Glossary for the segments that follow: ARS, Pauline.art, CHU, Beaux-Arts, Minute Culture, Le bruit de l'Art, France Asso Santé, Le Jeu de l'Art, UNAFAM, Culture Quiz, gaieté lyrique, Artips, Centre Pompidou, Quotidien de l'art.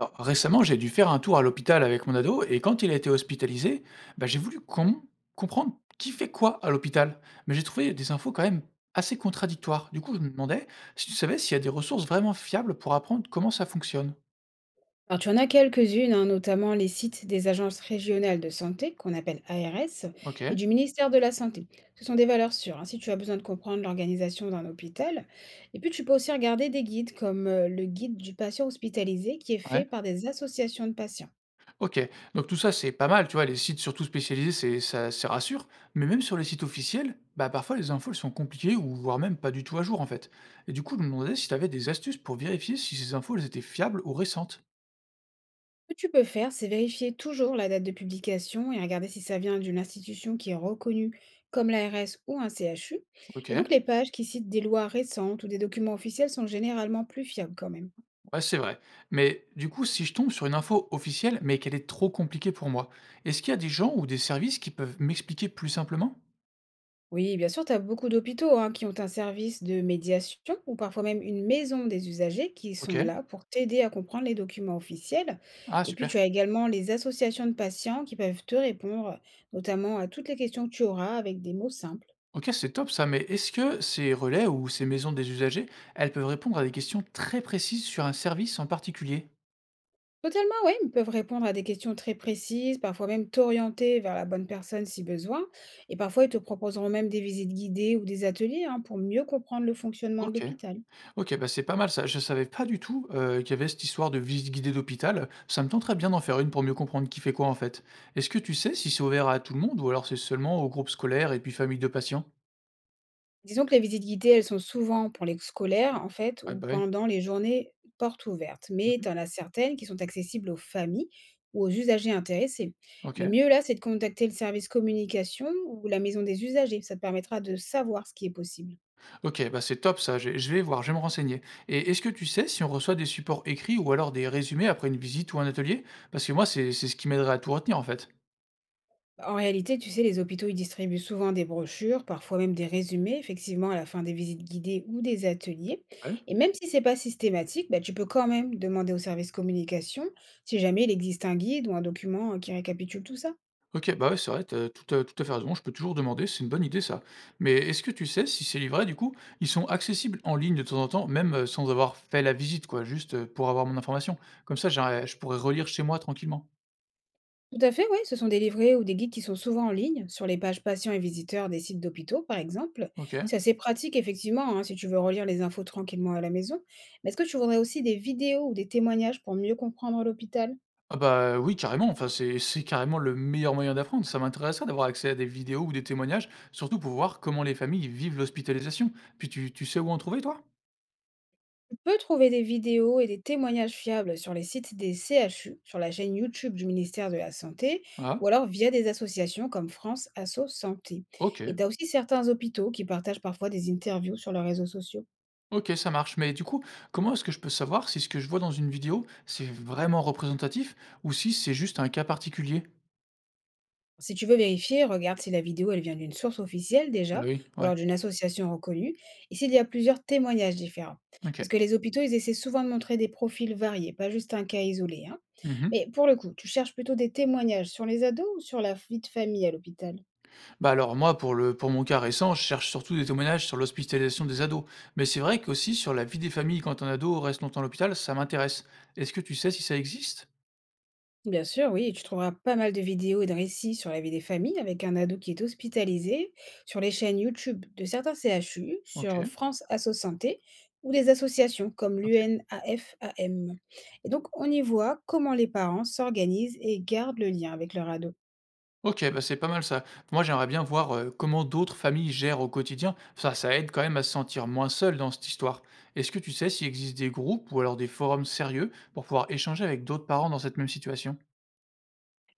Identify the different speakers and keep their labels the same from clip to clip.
Speaker 1: Alors, récemment, j'ai dû faire un tour à l'hôpital avec mon ado et quand il a été hospitalisé, bah, j'ai voulu comprendre qui fait quoi à l'hôpital. Mais j'ai trouvé des infos quand même assez contradictoires. Du coup, je me demandais si tu savais s'il y a des ressources vraiment fiables pour apprendre comment ça fonctionne.
Speaker 2: Alors, tu en as quelques-unes, hein, notamment les sites des agences régionales de santé, qu'on appelle ARS,
Speaker 1: Ok,
Speaker 2: et du ministère de la Santé. Ce sont des valeurs sûres, hein, si tu as besoin de comprendre l'organisation d'un hôpital. Et puis, tu peux aussi regarder des guides, comme le guide du patient hospitalisé, qui est fait
Speaker 1: ouais,
Speaker 2: par des associations de patients.
Speaker 1: ok. Donc tout ça, c'est pas mal, tu vois, les sites surtout spécialisés, c'est, ça rassure. Mais même sur les sites officiels, bah, parfois les infos, elles sont compliquées ou voire même pas du tout à jour en fait. Et du coup, je me demandais si tu avais des astuces pour vérifier si ces infos, elles étaient fiables ou récentes.
Speaker 2: Ce que tu peux faire, c'est vérifier toujours la date de publication et regarder si ça vient d'une institution qui est reconnue comme l'ARS ou un CHU.
Speaker 1: Ok.
Speaker 2: Et donc, les pages qui citent des lois récentes ou des documents officiels sont généralement plus fiables quand même.
Speaker 1: Ouais, c'est vrai. Mais du coup, si je tombe sur une info officielle, mais qu'elle est trop compliquée pour moi, est-ce qu'il y a des gens ou des services qui peuvent m'expliquer plus simplement?
Speaker 2: Oui, bien sûr, tu as beaucoup d'hôpitaux, hein, qui ont un service de médiation ou parfois même une maison des usagers qui sont
Speaker 1: Ok.
Speaker 2: là pour t'aider à comprendre les documents officiels.
Speaker 1: Ah,
Speaker 2: Et puis, tu
Speaker 1: super.
Speaker 2: as également les associations de patients qui peuvent te répondre, notamment à toutes les questions que tu auras avec des mots simples.
Speaker 1: Ok, c'est top ça, mais est-ce que ces relais ou ces maisons des usagers, elles peuvent répondre à des questions très précises sur un service en particulier?
Speaker 2: Totalement, oui, ils peuvent répondre à des questions très précises, parfois même t'orienter vers la bonne personne si besoin. Et parfois, ils te proposeront même des visites guidées ou des ateliers, hein, pour mieux comprendre le fonctionnement de
Speaker 1: Ok.
Speaker 2: l'hôpital.
Speaker 1: Ok, bah c'est pas mal ça. Je savais pas du tout qu'il y avait cette histoire de visite guidée d'hôpital. Ça me tenterait bien d'en faire une pour mieux comprendre qui fait quoi en fait. Est-ce que tu sais si c'est ouvert à tout le monde ou alors c'est seulement aux groupes scolaires et puis familles de patients?
Speaker 2: Disons que les visites guidées, elles sont souvent pour les scolaires, en fait,
Speaker 1: Ah
Speaker 2: ou
Speaker 1: bah ouais.
Speaker 2: pendant les journées portes ouvertes. Mais tu en as certaines qui sont accessibles aux familles ou aux usagers intéressés. Le
Speaker 1: OK.
Speaker 2: mieux, là, c'est de contacter le service communication ou la maison des usagers. Ça te permettra de savoir ce qui est possible.
Speaker 1: OK, bah, c'est top ça, je vais voir, je vais me renseigner et est-ce que tu sais si on reçoit des supports écrits ou alors des résumés après une visite ou un atelier? Parce que moi, c'est ce qui m'aiderait à tout retenir, en fait.
Speaker 2: En réalité, tu sais, les hôpitaux, ils distribuent souvent des brochures, parfois même des résumés, effectivement, à la fin des visites guidées ou des ateliers.
Speaker 1: Ouais?
Speaker 2: Et même si c'est pas systématique, bah, tu peux quand même demander au service communication si jamais il existe un guide ou un document qui récapitule tout ça.
Speaker 1: OK, bah, ouais, c'est vrai, tu tout à tout à fait raison, je peux toujours demander, c'est une bonne idée ça. Mais est-ce que tu sais si ces livrets, du coup, ils sont accessibles en ligne de temps en temps, même, sans avoir fait la visite, quoi, juste, pour avoir mon information? Comme ça, j'aurais je pourrais relire chez moi tranquillement.
Speaker 2: Tout à fait, oui. Ce sont des livrets ou des guides qui sont souvent en ligne, sur les pages patients et visiteurs des sites d'hôpitaux, par exemple.
Speaker 1: OK.
Speaker 2: C'est assez pratique, effectivement, hein, si tu veux relire les infos tranquillement à la maison. Mais est-ce que tu voudrais aussi des vidéos ou des témoignages pour mieux comprendre l'hôpital?
Speaker 1: Ah bah, oui, carrément, enfin, c'est carrément le meilleur moyen d'apprendre. Ça m'intéresserait d'avoir accès à des vidéos ou des témoignages, surtout pour voir comment les familles vivent l'hospitalisation. Puis tu sais où en trouver, toi?
Speaker 2: On peut trouver des vidéos et des témoignages fiables sur les sites des CHU, sur la chaîne YouTube du ministère de la Santé,
Speaker 1: Ah,
Speaker 2: ou alors via des associations comme France Asso Santé.
Speaker 1: ok,
Speaker 2: Et tu as aussi certains hôpitaux qui partagent parfois des interviews sur leurs réseaux sociaux.
Speaker 1: ok, ça marche. Mais du coup, comment est-ce que je peux savoir si ce que je vois dans une vidéo, c'est vraiment représentatif ou si c'est juste un cas particulier?
Speaker 2: Si tu veux vérifier, regarde si la vidéo elle vient d'une source officielle
Speaker 1: Bah
Speaker 2: déjà,
Speaker 1: oui,
Speaker 2: ou
Speaker 1: ouais,
Speaker 2: alors d'une association reconnue, et s'il y a plusieurs témoignages différents. Parce
Speaker 1: ok.
Speaker 2: que les hôpitaux, ils essaient souvent de montrer des profils variés, pas juste un cas isolé, hein.
Speaker 1: Mhm.
Speaker 2: Mais pour le coup, tu cherches plutôt des témoignages sur les ados ou sur la vie de famille à l'hôpital?
Speaker 1: Bah alors moi, pour mon cas récent, je cherche surtout des témoignages sur l'hospitalisation des ados. Mais c'est vrai qu'aussi sur la vie des familles quand un ado reste longtemps à l'hôpital, ça m'intéresse. Est-ce que tu sais si ça existe?
Speaker 2: Bien sûr, oui, tu trouveras pas mal de vidéos et de récits sur la vie des familles avec un ado qui est hospitalisé, sur les chaînes YouTube de certains CHU, sur
Speaker 1: OK,
Speaker 2: France Asso Santé ou des associations comme
Speaker 1: OK.
Speaker 2: l'UNAFAM. Et donc, on y voit comment les parents s'organisent et gardent le lien avec leur ado.
Speaker 1: OK, bah, c'est pas mal ça. Moi, j'aimerais bien voir, comment d'autres familles gèrent au quotidien. Ça aide quand même à se sentir moins seul dans cette histoire. Est-ce que tu sais s'il existe des groupes ou alors des forums sérieux pour pouvoir échanger avec d'autres parents dans cette même situation?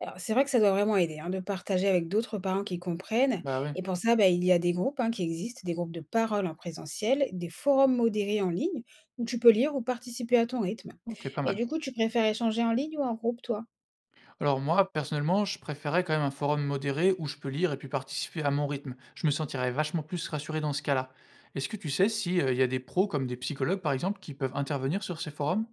Speaker 2: Alors, c'est vrai que ça doit vraiment aider, hein, de partager avec d'autres parents qui comprennent.
Speaker 1: Bah, ouais.
Speaker 2: Et pour ça, bah, il y a des groupes, hein, qui existent, des groupes de parole en présentiel, des forums modérés en ligne où tu peux lire ou participer à ton rythme.
Speaker 1: OK, pas
Speaker 2: Mais
Speaker 1: mal.
Speaker 2: du coup, tu préfères échanger en ligne ou en groupe, toi?
Speaker 1: Alors moi, personnellement, je préférais quand même un forum modéré où je peux lire et puis participer à mon rythme. Je me sentirais vachement plus rassuré dans ce cas-là. Est-ce que tu sais s'il y a des pros comme des psychologues, par exemple, qui peuvent intervenir sur ces forums?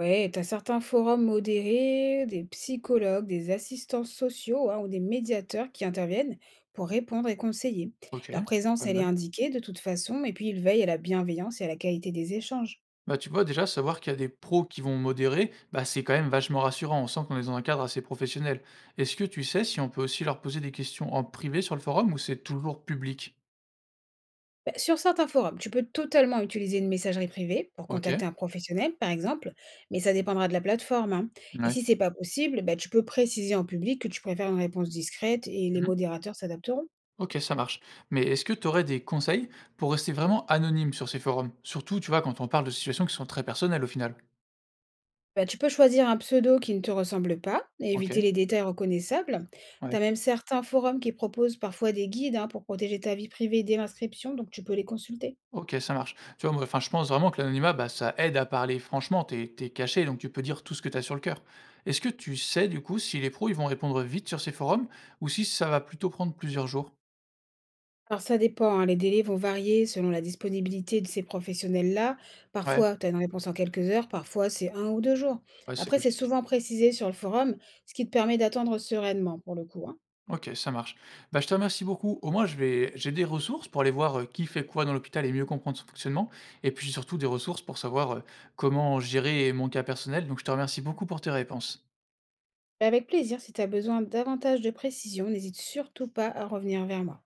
Speaker 2: Ouais, tu as certains forums modérés, des psychologues, des assistants sociaux, hein, ou des médiateurs qui interviennent pour répondre et conseiller.
Speaker 1: OK,
Speaker 2: Leur présence,
Speaker 1: pas
Speaker 2: elle est
Speaker 1: mal.
Speaker 2: indiquée de toute façon, et puis ils veillent à la bienveillance et à la qualité des échanges.
Speaker 1: Bah, tu vois, déjà, savoir qu'il y a des pros qui vont modérer, bah, c'est quand même vachement rassurant. On sent qu'on est dans un cadre assez professionnel. Est-ce que tu sais si on peut aussi leur poser des questions en privé sur le forum ou c'est toujours public?
Speaker 2: Bah, sur certains forums, tu peux totalement utiliser une messagerie privée pour
Speaker 1: Ok.
Speaker 2: contacter un professionnel, par exemple, mais ça dépendra de la plateforme, hein. Et
Speaker 1: Ouais.
Speaker 2: si c'est pas possible, bah, tu peux préciser en public que tu préfères une réponse discrète et les
Speaker 1: Mhm.
Speaker 2: modérateurs s'adapteront.
Speaker 1: Ok, ça marche. Mais est-ce que tu aurais des conseils pour rester vraiment anonyme sur ces forums? Surtout, tu vois, quand on parle de situations qui sont très personnelles au final.
Speaker 2: Bah, tu peux choisir un pseudo qui ne te ressemble pas et
Speaker 1: Ok.
Speaker 2: éviter les détails reconnaissables. Tu
Speaker 1: Ouais.
Speaker 2: as même certains forums qui proposent parfois des guides, hein, pour protéger ta vie privée dès l'inscription, donc tu peux les consulter.
Speaker 1: OK, ça marche. Tu vois, moi, enfin, je pense vraiment que l'anonymat, bah, ça aide à parler franchement. T'es es caché, donc tu peux dire tout ce que t'as sur le cœur. Est-ce que tu sais, du coup, si les pros, ils vont répondre vite sur ces forums ou si ça va plutôt prendre plusieurs jours?
Speaker 2: Alors ça dépend, hein, les délais vont varier selon la disponibilité de ces professionnels-là.
Speaker 1: Ouais,
Speaker 2: Parfois, tu as une réponse en quelques heures, parfois c'est un ou deux jours.
Speaker 1: ouais, c'est
Speaker 2: Après, c'est
Speaker 1: logique.
Speaker 2: souvent précisé sur le forum, ce qui te permet d'attendre sereinement pour le coup, hein.
Speaker 1: OK, ça marche. Bah, je te remercie beaucoup. Au moins, je vais j'ai des ressources pour aller voir, qui fait quoi dans l'hôpital et mieux comprendre son fonctionnement et puis surtout des ressources pour savoir, comment gérer mon cas personnel. Donc je te remercie beaucoup pour tes réponses.
Speaker 2: Avec plaisir, si tu as besoin davantage de précision, n'hésite surtout pas à revenir vers moi.